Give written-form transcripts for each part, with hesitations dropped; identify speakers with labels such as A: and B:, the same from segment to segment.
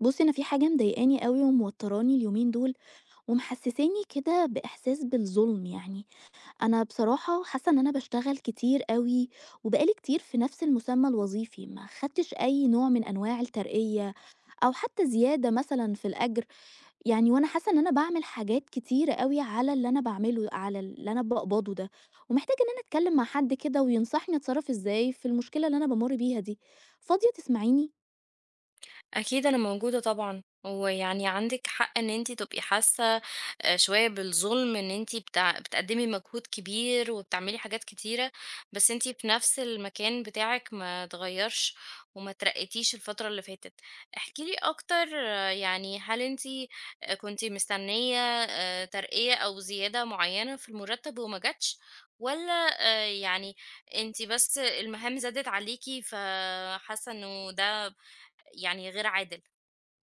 A: بُصّي، أنا في حاجة مضايقاني أوي وموتّراني اليومين دول، ومحسّساني كده بإحساس بالظلم يعني. أنا بصراحة حاسة إن أنا باشتغل كتير أوي، وبقى لي كتير في نفس المسمى الوظيفي، ما خدتش أي نوع من أنواع الترقية أو حتى زيادة مثلًا في الأجر، يعني وأنا حاسة إن أنا باعمل حاجات كتيرة أوي على اللي أنا باعمله، على اللي أنا باقبضه ده، ومحتاجة إن أنا أتكلم مع حد كده وينصحني أتصرّف إزاي في المشكلة اللي أنا بامُر بيها دي. فاضية تسمعيني؟
B: أكيد أنا موجودة طبعًا، ويعني عندِك حق إن أنتِ تبقي حاسة شوية بالظلم، إن أنتِ بتقدّمي مجهود كبير وبتعملي حاجات كتيرة، بس أنتِ في نفس المكان بتاعِك ما اتغيّرش وما اترقيتيش الفترة اللي فاتت. احكي لي أكتر يعني هل أنتِ كنتِ مستنية ترقية أو زيادة معيّنة في المرتب وما جاتش، والّا يعني أنتِ بس المهام زادت عليكِ فحاسة إنه ده يعني غير عادل.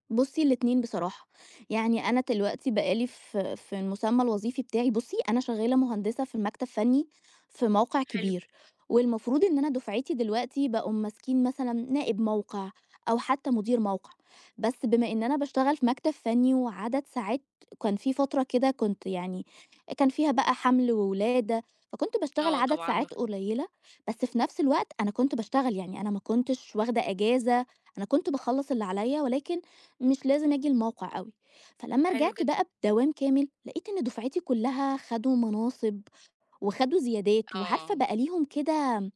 A: بُصّي الاتنين بصراحة، يعني أنا دلوقتي بقى لي في المسمى الوظيفي بتاعي. بُصّي أنا شغّالة مهندسة في مكتب فني في موقع
B: حلو.
A: كبير، والمفروض إن أنا دُفعتي دلوقتي بقوا ماسكين مثلًا نائب موقع أو حتى مدير موقع، بس بما إن أنا باشتغل في مكتب فني وعدد ساعات، كان في فترة كده كنت يعني كان فيها بقى حَمْل وولادة، فكنت باشتغل
B: آه،
A: عدد
B: طبعًا
A: ساعات
B: مفهوم.
A: قليّلة، بس في نفس الوقت أنا كنت باشتغل، يعني أنا ما كنتش واخدة إجازة، أنا كنت باخلّص اللي عليّا ولكن مش لازم أجي الموقع أوي، فلمّا
B: حلو
A: رجعت
B: جدًا.
A: بقى بدوام كامل، لقيت إن دُفعتي كلّها خدوا مناصب وخدوا زيادات، وعارفة
B: آه.
A: بقى ليهم كده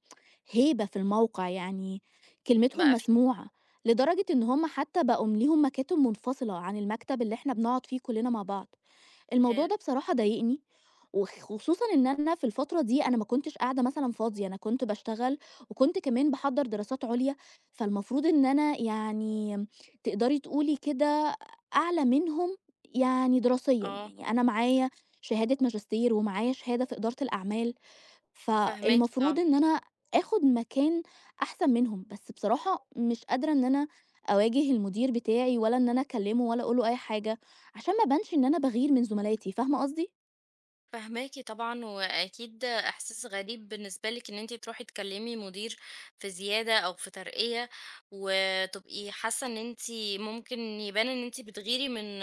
A: هيبة في الموقع، يعني كلمتهم
B: بقى في
A: مسموعة، لدرجة إن هم حتى بقوا ليهم مكاتب منفصلة عن المكتب اللي إحنا بنقعد فيه كلّنا مع بعض. الموضوع ده بصراحة ضايقني، وخصوصًا إن أنا في الفترة دي أنا ما كنتش قاعدة مثلًا فاضية، أنا كنت باشتغل وكنت كمان باحضّر دراسات عُليا، فالمفروض إن أنا يعني تقدري تقولي كده أعلى منهم يعني دراسيًا،
B: آه.
A: يعني أنا معايا شهادة ماجستير ومعايا شهادة في إدارة الأعمال،
B: فاهماكِ طبعًا.
A: فالمفروض إن أنا آخُد مكان أحسن منهم، بس بصراحة مش قادرة إن أنا أواجه المدير بتاعي ولا إن أنا أكلّمه ولا أقول له أي حاجة، عشان ما أبانش إن أنا باغير من زملاتي، فاهمة قصدي؟
B: فاهماكِ طبعًا، وأكيد إحساس غريب بالنسبة لِك إن أنتِ تروحي تكلّمي مدير في زيادة أو في ترقية، وتبقي حاسة إن أنتِ ممكن يبان إن أنتِ بتغيري من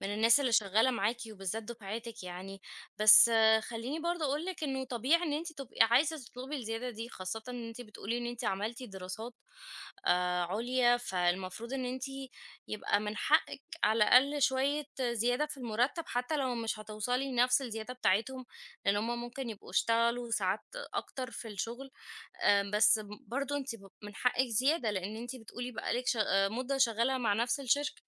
B: من الناس اللي شغّالة معاكِ وبالذات دُفعتِك يعني. بس خلّيني برضه أقول لِك إنه طبيعي إن أنتِ تبقي عايزة تطلبي الزيادة دي، خاصةً إن أنتِ بتقولي إن أنتِ عملتِ دراسات عُليا، فالمفروض إن أنتِ يبقى من حقِّك على الأقل شوية زيادة في المُرتّب، حتى لو مش هتوصلي لنفس الزيادة بتاعتهم، لإن هُم ممكن يبقوا اشتغلوا ساعات أكتر في الشغل. بس برضه أنتِ من حقِّك زيادة، لإن أنتِ بتقولي بقى لِك مدة شغّالة مع نفس الشركة.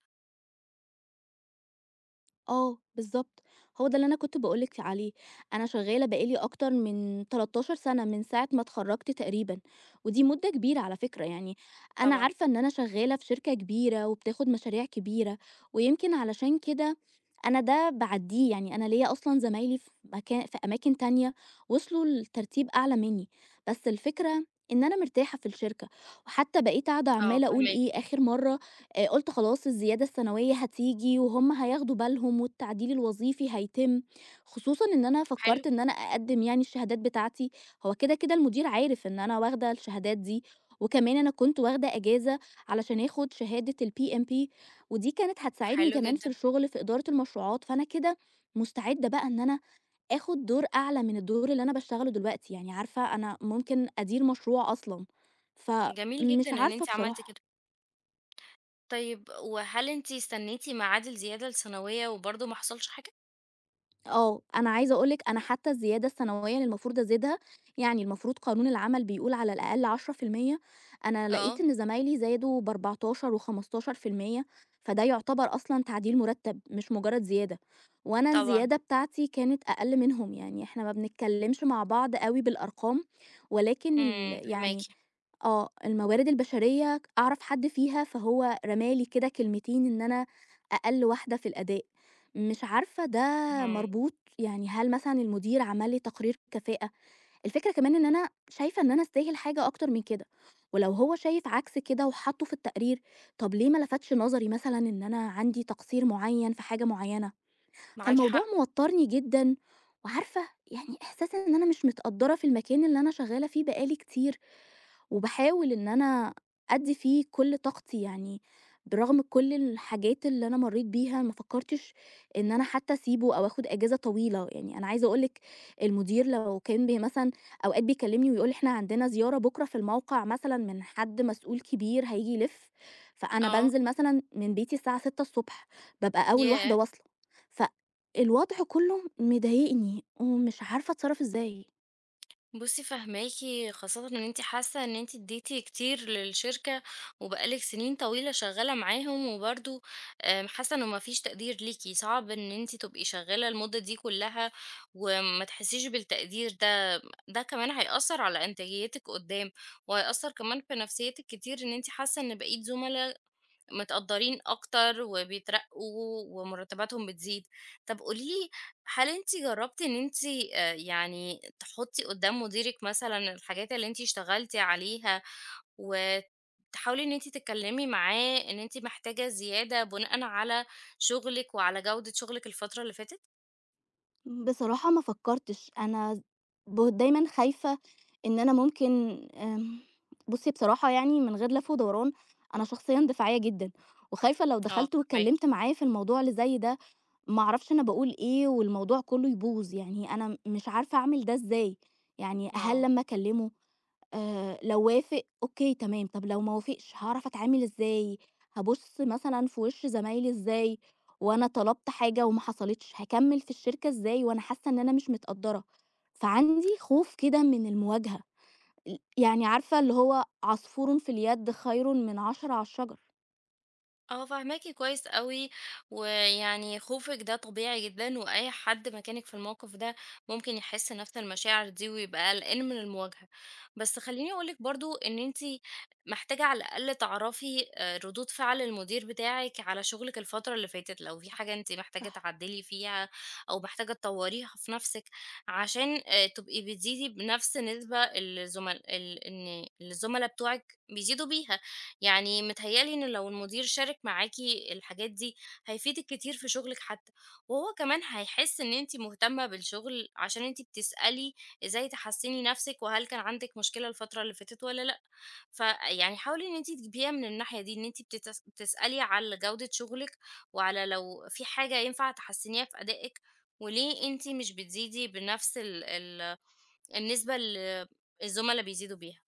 A: آه، بالضبط، هو ده اللي أنا كنت باقول لِك عليه، أنا شغّالة بقى لي أكتر من 13 سَنة من ساعة ما اتخرّجت تقريبًا، ودي مدة كبيرة على فكرة يعني، أنا
B: طبعًا.
A: عارفة إن أنا شغّالة في شركة كبيرة وبتاخد مشاريع كبيرة، ويمكن علشان كده أنا ده باعدّيه، يعني أنا ليّا أصلًا زمايلي في أماكن تانية وصلوا لترتيب أعلى منّي، بس الفكرة إن أنا مرتاحة في الشركة، وحتى بقيت قاعدة
B: آه،
A: عمّالة أقول
B: فاهماكِ.
A: إيه آخر مرّة، قُلت خلاص الزيادة السنوية هتيجي وهُم هياخدوا بالهم والتعديل الوظيفي هيتم، خصوصًا إن أنا
B: حلو.
A: فكّرت إن أنا أقدّم يعني الشهادات بتاعتي، هو كده، كده المدير عارف إن أنا واخدة الشهادات دي، وكمان أنا كنت واخدة إجازة علشان آخُد شهادة الPMP ودي كانت هتساعدني
B: حلو
A: كمان في
B: جدًا.
A: الشغل في إدارة المشروعات، فأنا كده مستعدة بقى إن أنا آخُد دور أعلى من الدور اللي أنا باشتغله دلوقتي، يعني عارفة أنا ممكن أدير مشروع أصلًا،
B: جميل جدًا
A: فمش
B: إن
A: عارفة
B: أنتِ عملتِ
A: بصراحة.
B: كده. طيب، وهل أنتِ استنيتِ ميعاد الزيادة السنوية وبرضه ما حصلش حاجة؟
A: آه، أنا عايزة أقول لِك أنا حتى الزيادة السنوية اللي المفروض أزيدها، يعني المفروض قانون العمل بيقول على الأقل 10%، أنا
B: آه.
A: لقيت إن زمايلي زادوا ب14 و15%، فده يعتبر أصلًا تعديل مرتب، مش مجرد زيادة، وأنا
B: طبعًا،
A: الزيادة بتاعتي كانت أقل منهم، يعني إحنا ما بنتكلمش مع بعض أوي بالأرقام، ولكن
B: إمم، فاهماكِ.
A: يعني آه، الموارد البشرية أعرف حد فيها، فهو رمى لي كده كلمتين إن أنا أقل واحدة في الأداء، مش عارفة ده
B: اهم.
A: مربوط يعني هل مثلًا المدير عمل لي تقرير كفاءة؟ الفكرة كمان إن أنا شايفة إن أنا أستاهل حاجة أكتر من كده، ولو هو شايف عكس كده وحطّه في التقرير، طب ليه ما لفتش نظري مثلًا إن أنا عندي تقصير معيّن في حاجة معيّنة؟
B: معاكِ
A: فالموضوع
B: حق.
A: موتّرني جدًا، وعارفة يعني إحساس إن أنا مش متقدّرة في المكان اللي أنا شغّالة فيه بقى لي كتير. وباحاول إن أنا أدّي فيه كل طاقتي، يعني برغم كل الحاجات اللي أنا مرّيت بيها ما فكّرتش إن أنا حتّى أسيبه أو آخُد إجازة طويلة، يعني أنا عايزة أقول لِك المدير لو كان مثلًا أوقات بيكلّمني ويقول لي إحنا عندنا زيارة بُكرة في الموقع مثلًا من حد مسؤول كبير هييجي يلِف، فأنا
B: آه.
A: بانزل مثلًا من بيتي الساعة 6:00 ص بابقى أول واحدة
B: ياه!
A: واصلة، فالوضع كُلّه مضايقني ومش عارفة أتصرّف إزاي.
B: بُصّي، فاهماكِ، خاصةً إن أنتِ حاسة إن أنتِ ادّيتِ كتير للشركة، وبقى لِك سنين طويلة شغالة معاهم، وبرضه حاسة إنه ما فيش تقدير ليكِ. صعب إن أنتِ تبقي شغالة المدة دي كلها وما تحسيش بالتقدير ده، ده كمان هيأثّر على إنتاجيتِك قدّام، وهيأثّر كمان في نفسيتِك كتير إن أنتِ حاسة إن بقية زملا متقدّرين أكتر وبيترقّوا ومرتّباتهم بتزيد. طَب قولي لي، هل أنتِ جرّبتِ إن أنتِ يعني تحُطّي قُدّام مديرِك مثلًا الحاجات اللي أنتِ اشتغلتِ عليها، وتحاولي إن أنتِ تتكلّمي معاه إن أنتِ محتاجة زيادة بُناءً على شُغلِك وعلى جودة شُغلِك الفترة اللي فاتت؟
A: بصراحة ما فكرتش أنا دايمًا خايفة إن أنا ممكن، آمم، بُصّي بصراحة يعني من غير لف ودوران، أنا شخصيًا دفاعية جدًا، وخايفة لو
B: آه،
A: دخلت
B: فاهماكِ.
A: واتكلمت معاه في الموضوع اللي زي ده، ما أعرفش أنا باقول إيه والموضوع كلّه يبوظ، يعني أنا مش عارفة أعمل ده إزاي، يعني هل
B: آه.
A: لمّا أكلمه لو وافق أوكي تمام، طب لو ما وافقش هاعرف أتعامل إزاي؟ هابُص مثلًا في وِش زمايلي إزاي وأنا طلبت حاجة وما حصلتش؟ هاكمّل في الشركة إزاي وأنا حاسة إن أنا مش متقدّرة؟ فعندي خوف كده من المواجهة، يعني عارفة اللي هو عصفورٌ في اليد خيرٌ من 10 على الشجر.
B: آه، فاهماكِ كويس أوي، ويعني خوفِك ده طبيعي جدًا، وأي حد مكانِك في الموقف ده ممكن يحس نفس المشاعر دي ويبقى قلقان من المواجهة. بس خلّيني أقول لِك برضه إن أنتِ محتاجة على الأقل تعرفي ردود فعل المدير بتاعِك على شغلِك الفترة اللي فاتت، لو في حاجة أنتِ محتاجة تعدّلي فيها أو محتاجة تطوريها في نفسِك، عشان تبقي بتزيدي بنفس النسبة اللي زمل ال إن الزملا بتوعِك بيزيدوا بيها. يعني متهيأ لي إن لو المدير شارك معاكِ الحاجات دي، هيفيدِك كتير في شغلِك حتى، وهو كمان هيحس إن أنتِ مهتمة بالشغل عشان أنتِ بتسألي إزاي تحسّني نفسِك، وهل كان عندِك مشكلة الفترة اللي فاتت والّا لأ. فيعني حاولي إن أنتِ تجيبيها من الناحية دي، إن أنتِ بتسألي على جودة شغلِك، وعلى لو في حاجة ينفع تحسّنيها في أدائِك، وليه أنتِ مش بتزيدي بنفس ال ال النسبة اللي الزملا بيزيدوا بيها.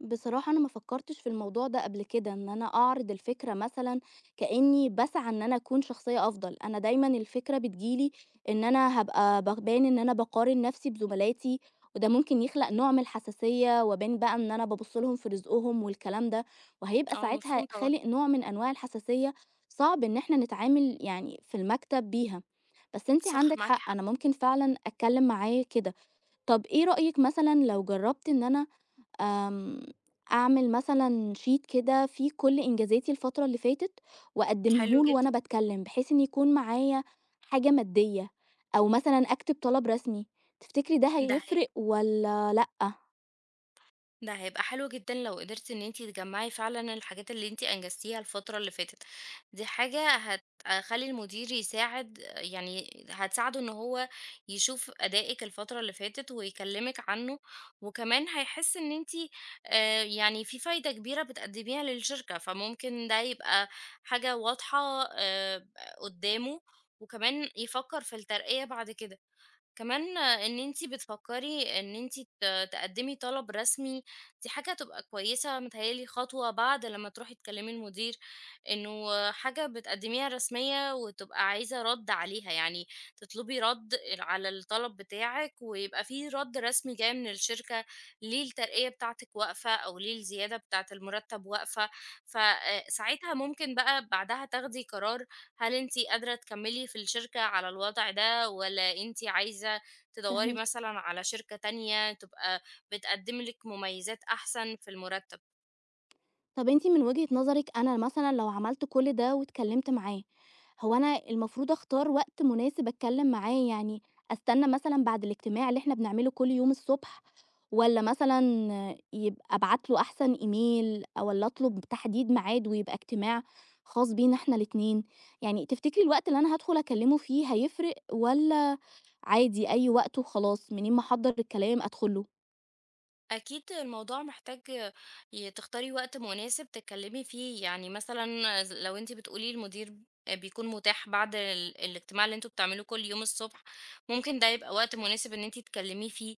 A: بصراحة أنا ما فكرتش في الموضوع ده قبل كده إن أنا أعرض الفكرة مثلًا كإني باسعى إن أنا أكون شخصية أفضل، أنا دايمًا الفكرة بتيجي لي إن أنا هابقى باين إن أنا باقارن نفسي بزملاتي، وده ممكن يخلق نوع من الحساسية، وأبان بقى إن أنا بابُص لهم في رزقهم والكلام ده، وهيبقى
B: آه،
A: ساعتها
B: مفهوم طبعًا.
A: خالق نوع من أنواع الحساسية، صعب إن إحنا نتعامل يعني في المكتب بيها. بس أنتِ
B: صح،
A: عندِك
B: معاكِ
A: حق،
B: حق.
A: أنا ممكن فعلًا أتكلم معاه كده. طب إيه رأيِك مثلًا لو جربت إن أنا آمم، أعمل مثلًا sheet كده فيه كل إنجازاتي الفترة اللي فاتت،
B: حلو
A: وأقدمه له
B: جدًا.
A: وأنا باتكلم، بحيث إن يكون معايا حاجة مادية، أو مثلًا أكتب طلب رسمي. تفتكري ده
B: ده هيب
A: هيفرق والّا لأ؟
B: ده هيبقى حلو جدًا لو قدرتِ إن أنتِ تجمّعي فعلًا الحاجات اللي أنتِ أنجزتيها الفترة اللي فاتت. دي حاجة هتخلّي المدير يساعد، يعني هتساعده إن هو يشوف أدائِك الفترة اللي فاتت ويكلّمِك عنه، وكمان هيحس إن أنتِ يعني في فايدة كبيرة بتقدّميها للشركة، فممكن ده يبقى حاجة واضحة آآ قدّامه، وكمان يفكّر في الترقية بعد كده. كمان إن أنتِ بتفكّري إن أنتِ تقدّمي طلب رسمي، دي حاجة هتبقى كويسة، متهيأ لي خطوة بعد لمّا تروحي تكلّمي المدير، إنه حاجة بتقدّميها رسمية وتبقى عايزة رَد عليها، يعني تطلبي رَد على الطلب بتاعِك ويبقى في رَد رسمي جاي من الشركة ليه الترقية بتاعتِك واقفة أو ليه الزيادة بتاعة المُرتّب واقفة. ف ساعتها ممكن بقى بعدها تاخدي قرار هل أنتِ قادرة تكمّلي في الشركة على الوضع ده، والّا أنتِ عايزة تدوّري
A: فاهماكِ.
B: مثلًا على شركة تانية تبقى بتقدّم لِك مميزات أحسن في المُرتّب؟
A: طب أنتِ من وجهة نظرِك أنا مثلًا لو عملت كل ده واتكلمت معاه، هو أنا المفروض أختار وقت مناسب أتكلم معاه، يعني أستنى مثلًا بعد الاجتماع اللي إحنا بنعمله كل يوم الصبح، والّا مثلًا يبقى أبعت له أحسن إيميل، والّا أطلب تحديد ميعاد ويبقى اجتماع خاص بينا إحنا الاتنين؟ يعني تفتكري الوقت اللي أنا هادخل أكلمه فيه هيفرق، والّا عادي أي وقت وخلاص منين ما أحضّر الكلام أدخل له؟
B: أكيد الموضوع محتاج تختاري وقت مناسب تتكلمي فيه، يعني مثلا لو انتي بتقولي المدير بيكون متاح بعد الاجتماع اللي انتوا بتعملوه كل يوم الصبح، ممكن ده يبقى وقت مناسب ان انتي تتكلمي فيه،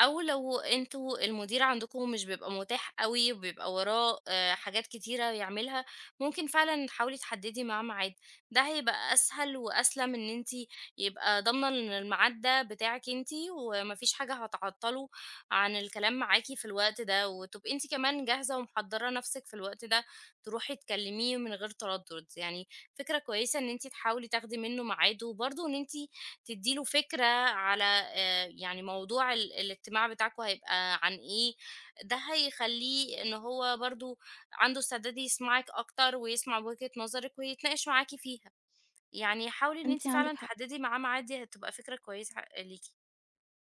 B: او لو انتوا المدير عندكم مش بيبقى متاح قوي وبيبقى وراه حاجات كتيرة يعملها، ممكن فعلا تحاولي تحددي معاه ميعاد. ده هيبقى اسهل واسلم ان انتي يبقى ضامنة ان الميعاد ده بتاعك انتي ومفيش حاجة هتعطله عن الكلام معاكِ في الوقت ده، وتبقي أنتِ كمان جاهزة ومحضّرة نَفْسِك في الوقت ده تروحي تكلميه من غير تردُّد. يعني فكرة كويسة إن أنتِ تحاولي تاخدي منه ميعاد، وبرضه إن أنتِ تدّي له فكرة على يعني موضوع الاجتماع بتاعكم هيبقى عن إيه، ده هيخلّيه إن هو برضه عنده استعداد يسمعِك أكتر ويسمع وجهة نظرِك ويتناقش معاكِ فيها. يعني حاولي إن
A: أنتِ
B: أنتِ
A: عندِك
B: فعلًا
A: حق،
B: تحدّدي معاه ميعاد، دي هتبقى فكرة كويسة ليكِ.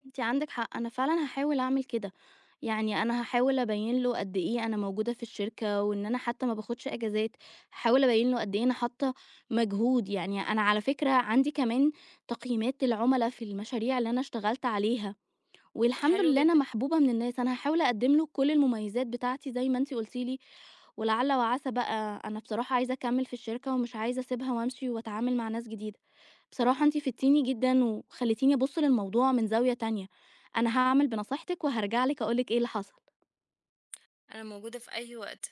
A: أنتِ عندِك حق، أنا فعلًا هاحاول أعمل كده. يعني أنا هاحاول أبيّن له قد إيه أنا موجودة في الشركة، وإن أنا حتى ما باخدش إجازات، هاحاول أبيّن له قد إيه أنا حاطة مجهود، يعني أنا على فكرة عندي كمان تقييمات للعُملا في المشاريع اللي أنا اشتغلت عليها، والحمد
B: حلو
A: لله أنا
B: جدًا،
A: محبوبة من الناس، أنا هاحاول أقدّم له كل المميزات بتاعتي زي ما أنتِ قُلتِ لي، ولعل وعسى بقى، أنا بصراحة عايزة أكمّل في الشركة ومش عايزة أسيبها وأمشي وأتعامل مع ناس جديدة، بصراحة أنتِ فدتيني جدًا وخلّيتيني أبُص للموضوع من زاوية تانية، أنا هاعمل بنصيحتِك وهارجع لِك أقول لِك إيه اللي حصل.
B: أنا موجودة في أي وقت.